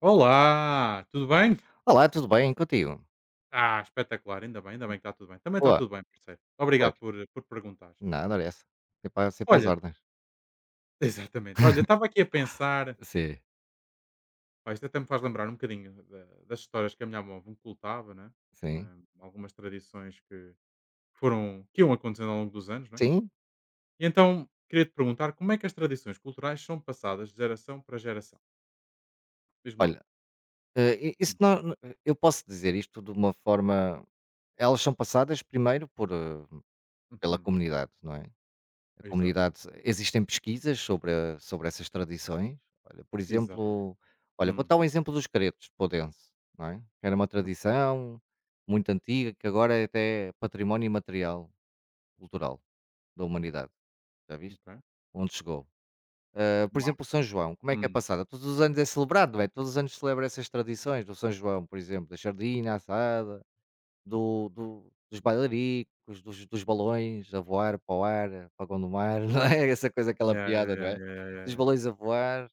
Olá, tudo bem? Olá, tudo bem? Contigo? Ah, espetacular, ainda bem que está tudo bem. Também está Boa. tudo bem, parceiro. Pois. Obrigado por perguntar. Nada, olha essa. Sempre às Olha, ordens. exatamente. Olha, estava aqui a pensar, Sim. pá, isto até me faz lembrar um bocadinho das histórias que a minha avó me contava, né? Sim, Ah, algumas tradições que foram, que iam acontecendo ao longo dos anos, né? sim. E então, queria te perguntar como é que as tradições culturais são passadas de geração para geração? Diz-me lá. Olha, eh, i isso Hum. não não eu posso dizer isto de uma forma, elas são passadas primeiro por pela Uhum. comunidade, não é? A comunidade, Exatamente, existem pesquisas sobre a sobre essas tradições. Olha, por exatamente. exemplo, olha, vou Hum, dar um exemplo dos caretos de podense, não é? Que era uma ok, tradição muito antiga que agora é até património imaterial cultural da humanidade. Já viste? ok. Onde chegou. Por Uau. exemplo, o São João, como é que é Hum. passada? Todos os anos é celebrado, não é? Todos os anos celebra essas tradições do São João, por exemplo, da sardinha assada, dos bailaricos, dos balões a voar para o ar, apagão do mar, não é? Essa coisa, aquela Yeah, piada, não yeah, é? yeah, yeah, Dos yeah. balões a voar,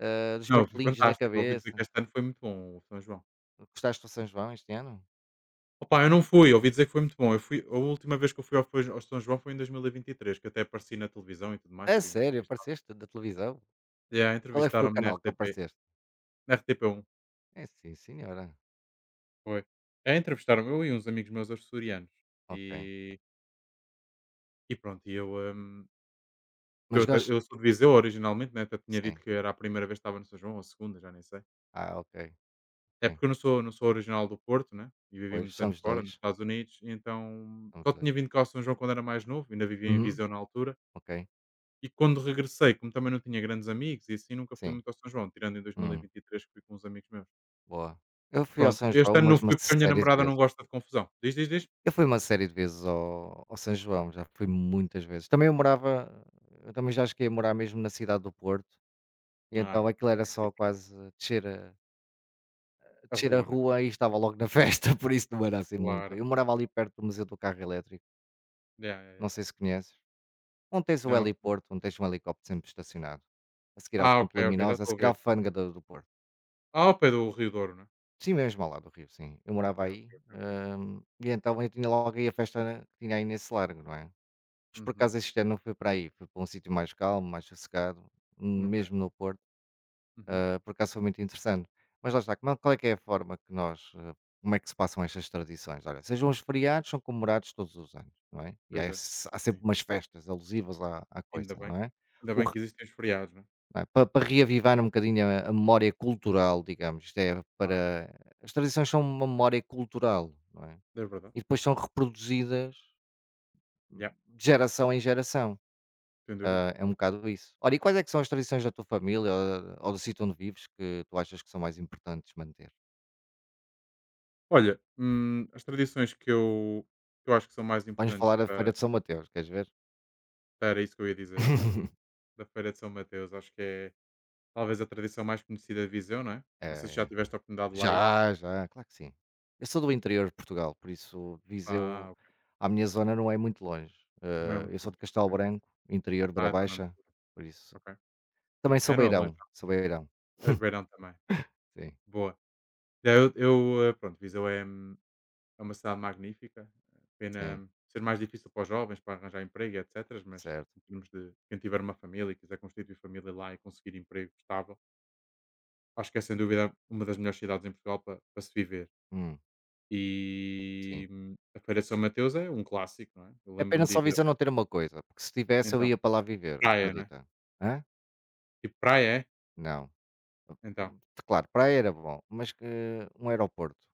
dos Não, foi martelinhos na fantástico. Ouvi dizer que cabeça. este ano foi muito bom o São João. Gostaste do São João este ano? Opa, eu não fui, ouvi dizer que foi muito bom. Eu fui, a última vez que eu fui ao São João foi em dois mil e vinte e três, que até apareci na televisão e tudo mais, A fui sério, entrevistado. apareceste da televisão? Yeah, Qual é que foi o entrevistaram-me na canal que RTP, apareceste? na RTP 1, É, sim, senhora. foi. É, entrevistaram-me eu e uns amigos meus açorianos. Ok. E, e pronto, e eu, Mas gosto. eu sou de Viseu originalmente, né? Até tinha dito Sim. que era a primeira vez que estava no São João, ou a segunda, já nem sei. Ah, ok. É Ok. porque eu não sou original do Porto, né, e vivi Pois, muitos anos somos fora, nos dois. Estados Unidos, e então São os só 2. tinha vindo cá ao São João quando era mais novo, ainda vivia em Uhum, Viseu na altura, ok, e quando regressei, como também não tinha grandes amigos e assim, nunca fui sim, muito ao São João, tirando em uhum, 2023 que fui com uns amigos meus. boa. Eu fui ao Pronto, São João, este ano não mas uma fui porque a minha série de namorada não vezes. gosta de confusão. Diz, diz, diz? Eu fui uma série de vezes ao São João, já fui muitas vezes. Também eu morava, eu também já cheguei a morar mesmo na cidade do Porto, e então Ah, aquilo era é é só diferente. quase descer a A descer a rua, né? rua e estava logo na festa, por isso não era assim muito. Claro. Eu morava ali perto do Museu do Carro Elétrico, Yeah, yeah, yeah, não sei yeah. se conheces, onde tens o Não. heliporto, onde tens um helicóptero sempre estacionado, a seguir ao Ah, ok, Ponte ok, já Laminosa, a estou a seguir à ver. alfândega do Porto. Ah, ao pé do Rio Douro, né? Sim, mesmo ao lado do rio, sim. Eu Ok, morava aí, ok, ok, ok. E então eu tinha logo aí a festa na- que tinha aí nesse largo, não é? Mas por Uhum. acaso este ano não foi para aí, foi para um sítio mais calmo, mais sossegado, Ok. mesmo no Porto, Uhum. Por acaso foi muito interessante. Mas lá está, como- qual é que é a forma que nós, como é que se passam estas tradições? Olha, sejam os feriados, são comemorados todos os anos, não é? E há, Pois é. esse- há sempre Sim. umas festas alusivas à, à Ainda coisa, não bem. é? Ainda bem que existem os feriados, né? Não é? Pa para reavivar um bocadinho a memória cultural, digamos. Isto é Claro. para, as tradições são uma memória cultural, não é? É verdade. E depois são reproduzidas Yeah, de geração em geração. sem dúvida. Ah, é um bocado isso. Ora, e quais é que são as tradições da tua família ou do sítio onde vives que tu achas que são mais importantes manter? Olha, as tradições que eu acho que são mais Vamos importantes falar da feira para. de São Mateus, queres ver? Era isso que eu ia dizer. Da Feira de São Mateus. Acho que é talvez a tradição mais conhecida de Viseu, não é? Não sei se É. já tiveste a oportunidade de lá ir. Já, já, claro que sim. Eu sou do interior de Portugal, por isso Ah, Viseu, ok. a minha zona, não é muito longe. Não é muito Eu sou de longe. Castelo Ok, ok. Branco, interior de Beira Ah, então não é muito Baixa, longe. por isso. Ok. Também sou É, não é longe. beirão, Não. sou beirão. És beirão também. Sim, Boa. É, pronto, Viseu é uma cidade magnífica. sim, Pena ser mais difícil para os jovens, para arranjar emprego, e etcétera. Mas certo. em termos de quem tiver uma família e quiser constituir família lá e conseguir emprego estável, acho que é sem dúvida uma das melhores cidades em Portugal para, para se viver. Hum, sim. E a Feira de São Mateus é um clássico, não é? Eu É pena lembro-me de só ir. Viseu não ter uma coisa, porque se tivesse eu Então, ia para lá viver, praia, não é? acredita? Hã? Tipo, praia é? Não. Então. Hum, claro, praia era bom, mas que um aeroporto,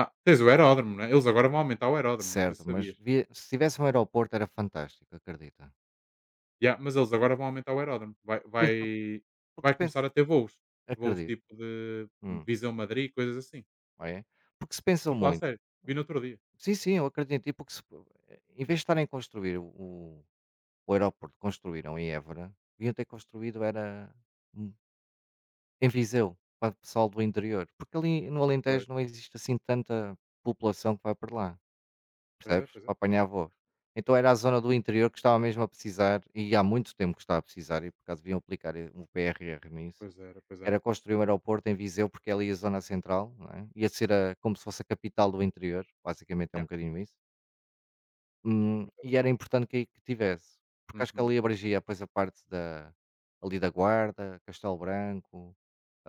Ah, tens o aeródromo, não é? Eles agora vão aumentar o aeródromo, não sei certo, se mas sabias. devia- se tivesse um aeroporto era fantástico, acredita? Yeah, mas eles agora vão aumentar o aeródromo. Vai Pensa- vai Porque vai penso, começar a ter voos. Voos acredito. tipo de Hum. Viseu-Madrid, coisas assim. Não é? Porque se pensam Estou a falar muito. sério. Vi no outro dia. Sim, sim, eu acredito. E porque se, em vez de estarem a construir o aeroporto que construíram em Évora, deviam ter construído era, hum, em Viseu, para o pessoal do interior. Porque ali no Pois, Alentejo não existe assim tanta população que vai para lá, pois é, percebes? pois é. Para apanhar voos. Então era a zona do interior que estava mesmo a precisar, e há muito tempo que estava a precisar, e por acaso deviam aplicar um PRR nisso. Pois era, pois Era era. construir um aeroporto em Viseu, porque é ali a zona central, não é? Ia ser a, como se fosse a capital do interior, basicamente é um Yeah, bocadinho isso. E era exatamente. importante que tivesse, porque acho que Uhum, ali abrangia depois a parte da, ali da Guarda, Castelo Branco,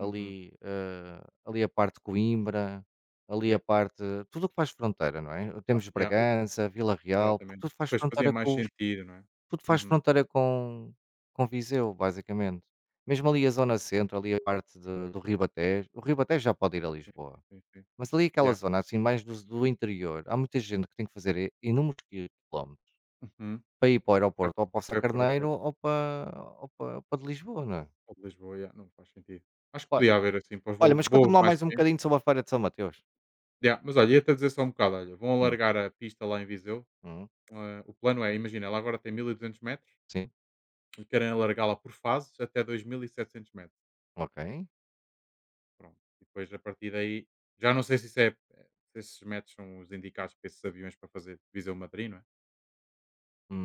uhum. Ali a parte de Coimbra, ali a Yeah, parte, tudo o que faz fronteira, não é? pá, Temos yeah, o que Bragança, Vila Real, porque exatamente. tudo faz Pois fazia fronteira, mais sentido, não é? tudo faz Uhum. fronteira com Viseu, basicamente. Mesmo ali a zona centro, ali a parte de do Ribatejo, o Ribatejo já pode ir a Sim, Lisboa, sim, sim. mas ali aquela Yeah. zona, assim, mais dos do interior, há muita gente que tem que fazer i inúmeros quilómetros Uhum. para ir para o aeroporto ou para o Vai para o Sacarneiro aeroporto ou para de Lisboa, não é? de Lisboa, yeah, não faz sentido. Acho que Ó podia haver assim para os olha, voos mas conta-me voos lá mais mais um pequenos. bocadinho sobre a feira de São Mateus. Yeah, mas olha, ia-te a dizer só um bocado, olha, vão Hum, alargar a pista lá em Viseu, hum, o plano é, imagina, ela agora tem 1.200 metros sim, e querem alargá-la por fases até 2.700 metros. ok. Pronto. E depois, a partir daí, já não sei se, isso é, se esses metros são os indicados para esses aviões para fazer Viseu-Madrid, não é?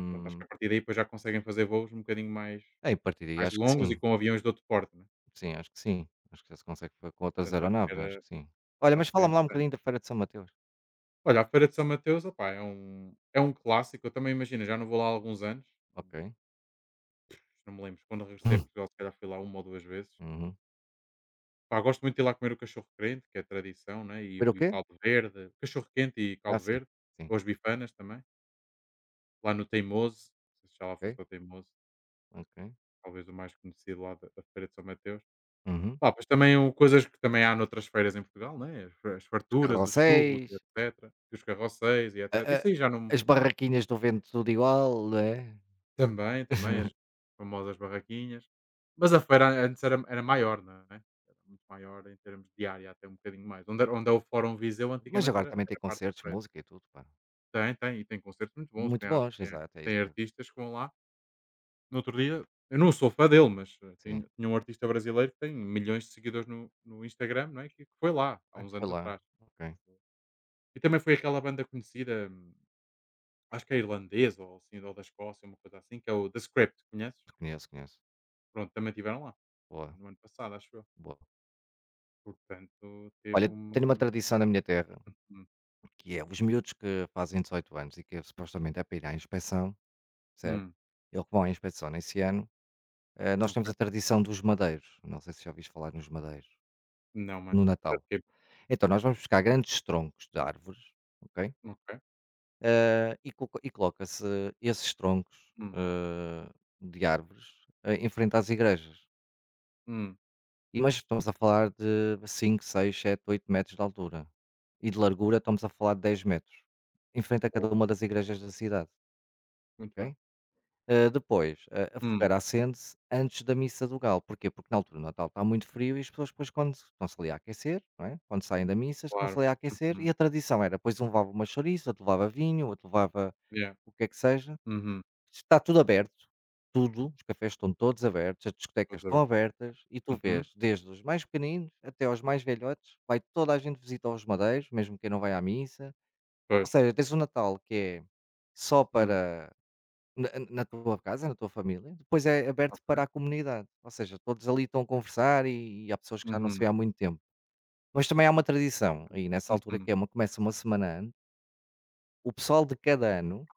E pronto, acho que a partir daí depois já conseguem fazer voos um bocadinho mais, é, a mais acho que sim. longos e com aviões de outro porte, não é? Sim. Acho que já se consegue fa com outras Portanto, acho que aeronaves, acho era, que sim. Olha, mas acho que era fala-me lá um interessante. bocadinho da Feira de São Mateus. Olha, a Feira de São Mateus, opá, é um clássico. Eu também imagino, já não vou lá há alguns anos. Ok. Não me lembro. Quando regressei a Portugal, se calhar fui lá uma ou duas vezes. Uhum. Pá, gosto muito de ir lá comer o cachorro crente, que é tradição, né, e Ver o o e o quê? caldo verde, cachorro quente e Ah, caldo sim, verde, sim. ou as bifanas também, lá no Teimoso, não sei se já lá Ok, foste ao Teimoso, ok. talvez o mais conhecido lá da Feira de São Mateus. Uhum. Pá, depois também o coisas que também há noutras feiras em Portugal, né, as Os farturas, os churros carrosséis, e etcétera, e os carrosséis e a etcétera. a Isso aí já não as barraquinhas do vento tudo igual, não é? também, também as famosas barraquinhas, mas a feira antes era maior, não é? Era muito maior em termos de área, até um bocadinho mais. Onde era onde é o Fórum Viseu Mas antigamente agora era também tem era parte da concertos, feira. música e tudo, pá. Tem, tem, e tem concertos muito bons, Muito tem a bons, tem exato, é isso tem mesmo. artistas que vão lá. No outro dia, eu não sou fã dele, mas, Sim. tinha um artista brasileiro que tem milhões de seguidores no Instagram, não é, que foi lá há Ah, uns foi anos lá. atrás. Ok. E também foi aquela banda conhecida, acho que é irlandesa ou assim, ou da Escócia, uma coisa assim, que é o The Script, conheces? Conheço, conheço. Pronto, também tiveram lá, Boa, no ano passado, acho eu. boa. Portanto, teve Olha, uma tenho uma tradição na minha terra, hum, que é os miúdos que fazem 18 anos e que supostamente é para ir à inspeção, certo? hum, Eles que vão à inspeção nesse ano. Nós temos a ok. tradição dos madeiros, não sei se já ouviste falar nos madeiros, Não, mano. no Isso é Natal. de quê? Então nós vamos buscar grandes troncos de árvores, ok? Ok. E coloca-se esses troncos Hum, de árvores, em frente às igrejas. hum, E- mas estamos a falar de 5, 6, 7, 8 metros de altura. E de largura estamos a falar de 10 metros. Em frente a boa, cada uma das igrejas da cidade, muito bem. ok? Depois, a Hum, fogueira acende-se antes da missa do galo. Porquê? Porque na altura do Natal está muito frio e as pessoas depois quando estão-se ali a aquecer, não é? Quando saem da missa, estão-se claro. ali a aquecer, Uhum. e a tradição era, pois um levava uma chouriça, outro levava vinho, outro levava Yeah. o que é que seja. Uhum. Está tudo aberto, tudo, os cafés estão todos abertos, as Vou discotecas saber. estão abertas, e tu Uhum. vês, desde os mais pequeninos até aos mais velhotes, vai toda a gente visitar os madeiros, mesmo quem não vai à missa. Ou Pois. seja, tens o Natal que é só Hum. para na na tua casa, na tua família, depois é aberto para Ok. a comunidade, ou seja, todos ali estão a conversar e há pessoas que já não se vê Uhum. há muito tempo. Mas também há uma tradição aí nessa altura Uhum. que é uma, começa uma semana antes, o pessoal de cada ano,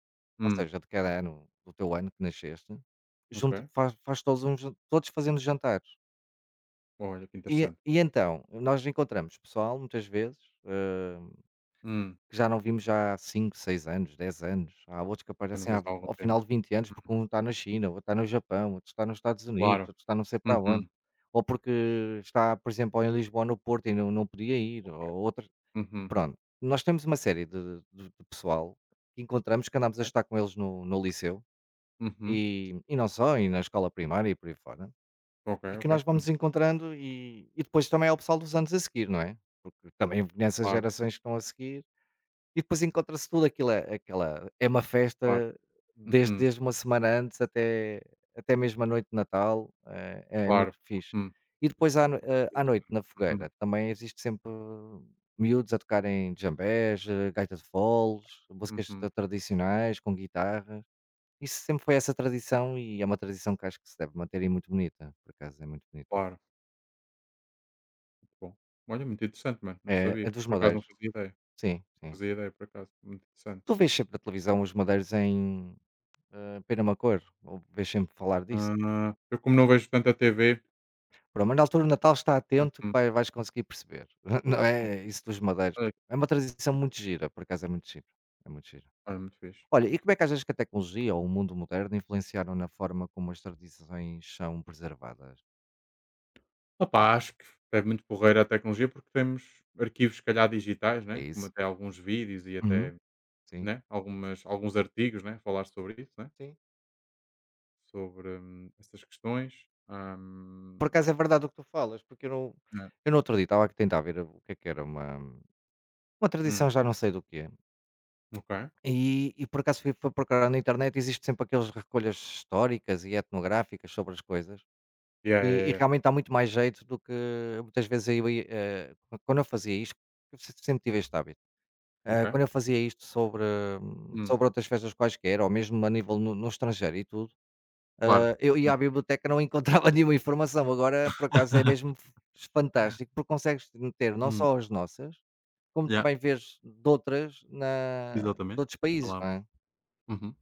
ou Hum. seja, de cada ano do teu ano que nasceste, junto Ok. faz todos um jan, todos fazendo jantares. Olha, que interessante. E então, nós encontramos pessoal muitas vezes, eh, Hum. que já não vimos já há 5, 6 anos, 10 anos. Há outros que Eu não aparecem à vejo há algum ao tempo. final de 20 anos, porque Uhum. um está na China, outro está no Japão, outro está nos Estados Unidos, Claro. outro está não sei para onde. Uhum. Ou porque está, por exemplo, em Lisboa, no Porto e não, não podia ir, ou outra. Uhum. Pronto, nós temos uma série de pessoal que encontramos, que andamos a estar com eles no, no liceu, Uhum. e não só, e na escola primária e por aí fora, Ok, e que nós ok. Uhum. vamos encontrando, e depois também é o pessoal dos anos a seguir, não é? Porque também nessas Claro, gerações que estão a seguir, e depois encontra-se tudo aquilo, é aquela, é uma claro. festa desde Uhum. desde uma semana antes até até mesmo a noite de Natal, é Claro. muito fixe. Uhum. E depois à no Claro. À Fixe. noite na Uhum. fogueira também existe sempre miúdos a tocarem djembés, gaita de foles, músicas Uhum. tradicionais com guitarra. Isso sempre foi essa tradição e é uma tradição que acho que se deve manter e muito bonita, por acaso é muito bonita. Claro. Muito bom. Olha, muito interessante, mano. Não É, sabia. é dos Por acaso não madeiros. fazia ideia. Sim, Não sim. fazia ideia, por acaso. Muito interessante. Tu vês sempre na televisão os madeiros em, pena uma cor, ouves sempre falar disso. Ah, eu como não vejo tanta TV. Pronto, mas na altura do Natal está atento que Uhum. vai, vais conseguir perceber. Não Ok. é isso dos madeiros. Olha, É uma tradição muito muito interessante. gira, por acaso é muito gira. É muito gira. Olha, muito fixe. Olha, e Muito como é que fixe. achas que a tecnologia ou o mundo moderno influenciaram na forma como as tradições são preservadas? Opá, acho que é muito porreira a tecnologia porque temos arquivos, se calhar, digitais, É né? Como isso? até alguns vídeos e Uhum. até Sim. né? Algumas, alguns artigos né? Falar sobre isso, né? Sim. Sobre essas questões. Por acaso é verdade o que tu falas, porque eu não. Né. Eu no outro dia estava a tentar ver o que é que era uma Hum, tradição, já não sei do que é. ok. E por acaso fui procurar na internet, existe sempre aqueles recolhas históricas e etnográficas sobre as coisas, Yeah, yeah, yeah, e yeah. realmente dá muito mais jeito do que muitas vezes eu ia, quando eu fazia isto, eu se sempre tive este hábito, Ok. Quando eu fazia isto sobre Hum, sobre outras festas quaisquer ou mesmo a nível no estrangeiro e tudo, claro. Eu ia à Uhum. biblioteca e não encontrava nenhuma informação, agora por acaso é mesmo f fantástico, porque consegues ter não Hum, só as nossas, como yeah, também vês de outras na de exatamente. outros países, Olá. não é? Uhum.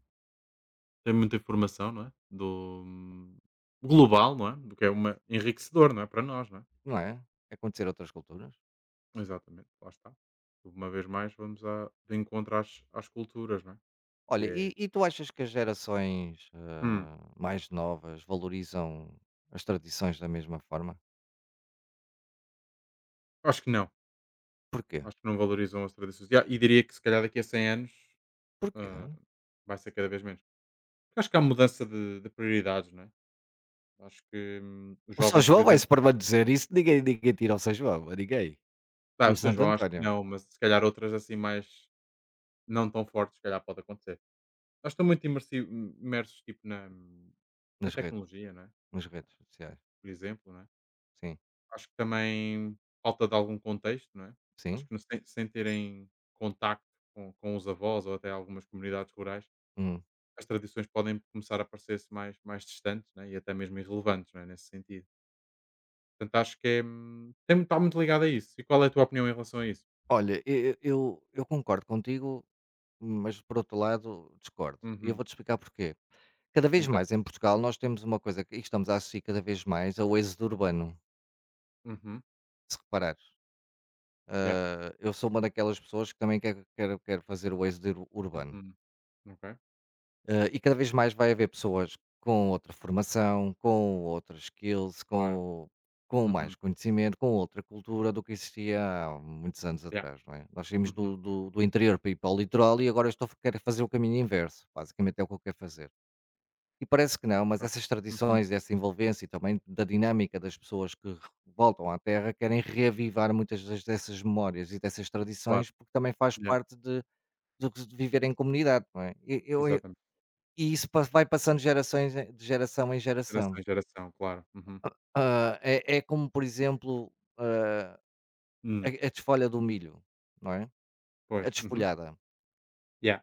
Tem muita informação, não é? Do global, não é? Do que é uma enriquecedor, não é? Para nós, não é? Não é? É conhecer outras culturas. Exatamente, lá está. Uma vez mais, vamos a, de encontro às culturas, não é? Que Olha, e, é. e tu achas que as gerações Hum, mais novas valorizam as tradições da mesma forma? acho que não. Porquê? Acho que não valorizam as tradições. E e diria que se calhar daqui a 100 anos Porquê? ah, vai ser cada vez menos. Acho que há mudança de prioridades, não é? Acho que os O São jovens, por João vai-se exemplo. permanecer isso, ninguém, ninguém tira o São João, a ninguém. Ah, E o o São Santo João, acho que António, não, mas se calhar outras assim mais não tão fortes, se calhar pode acontecer. Nós estamos muito imersos, tipo, na nas redes, tecnologia, não é? nas redes sociais. Por exemplo, não é? Sim, Acho que também falta de algum contexto, não é? Acho sim. que sem terem contacto com os avós ou até algumas comunidades rurais, Hum. as tradições podem começar a parecer-se mais distantes não é? E até mesmo irrelevantes, não é? Nesse sentido. Portanto, acho que é, tem, está muito ligado a isso. E qual é a tua opinião em relação a isso? Olha, eu concordo contigo, mas por outro lado discordo. E eu Uhum. vou-te explicar porquê. Cada vez Então. mais em Portugal nós temos uma coisa que e estamos a assistir cada vez mais ao êxodo urbano, Uhum. se reparares. Yeah. Ah, eu sou uma daquelas pessoas que também quero fazer o êxodo urbano. Uhum. Ok. E cada vez mais vai haver pessoas com outra formação, com outras skills, Claro. Com mais Uhum. conhecimento, com outra cultura do que existia há muitos anos Yeah. atrás, não é? Nós saímos do, Uhum. do, do interior para ir para o litoral e agora estou, a quero fazer o caminho inverso. Basicamente é o que eu quero fazer. E parece que não, mas Claro. essas Uhum. tradições, essa envolvência e também da dinâmica das pessoas que voltam à terra querem reavivar muitas dessas memórias e dessas Claro. tradições, porque também faz Yeah. parte de, do que de viver em comunidade, não é? E, Exatamente. e isso vai passando gerações, de geração em geração. Geração em geração, claro. Uhum. Ah, é, é como, por exemplo, ah, a, Hum. a desfolha do milho, não é? Pois. A Uhum. desfolhada. Yeah.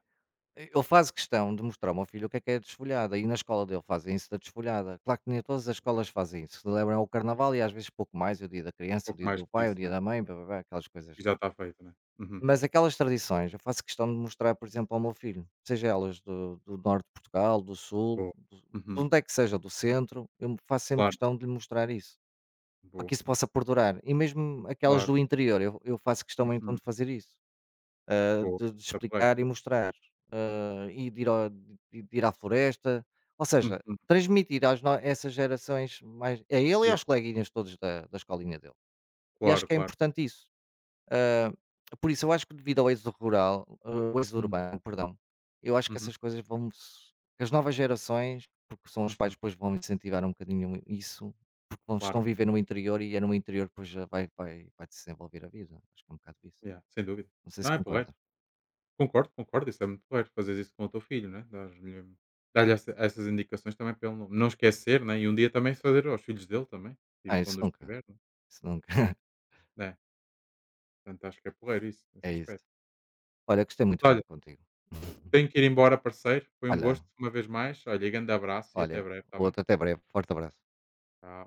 E ele faz questão de mostrar ao meu filho o que é a desfolhada, e na escola dele fazem isso da desfolhada. Claro que nem todas as escolas fazem isso, celebram o carnaval e às vezes pouco mais, o dia da criança, o Pouco dia mais do que pai, o isso, dia né. da mãe, blá, blá, blá, aquelas coisas. E já Não. está feito, né. Uhum. Mas aquelas tradições, eu faço questão de mostrar, por exemplo, ao meu filho, seja elas do norte de Portugal, do sul, Boa. De Uhum. onde é que seja, do centro, eu faço sempre Claro. questão de lhe mostrar isso, para Boa. que isso possa perdurar. E mesmo aquelas Claro. do interior, eu faço questão então Uhum. de fazer isso Boa. de Está porreiro. explicar e mostrar, e de ir ao de ir à floresta, ou seja, Uhum. transmitir às no essas gerações mais a ele e Yeah. aos coleguinhas todos da escolinha dele. E acho Claro, que é claro. importante isso. Ah, por isso eu acho que devido ao êxodo rural, o êxodo Hum. urbano, perdão, eu acho que Uhum. essas coisas vão se que as novas gerações, porque são os pais Uhum. depois vão incentivar um bocadinho isso, porque vão estão a Claro. viver no interior e é no interior que depois já vai desenvolver a vida, acho que é um bocado isso. Yeah, sem dúvida. Não sei se Não, é porreiro. concorda. Concordo, concordo. Isso é muito porreiro. Fazer isso com o teu filho, né. Dar essas indicações também para ele não esquecer, né, e um dia também fazer aos filhos dele também, Ah, tipo, isso quando os nunca, tiver, né. isso nunca. É. Portanto, acho que é porreiro isso, É nesse isso. aspecto. Olha, gostei muito de Olha, falar contigo. tenho que ir embora, parceiro. Foi um Olha, gosto, uma vez mais. Olha, e grande abraço e olha, até breve, está bem? outro até breve. Forte abraço. Tchau.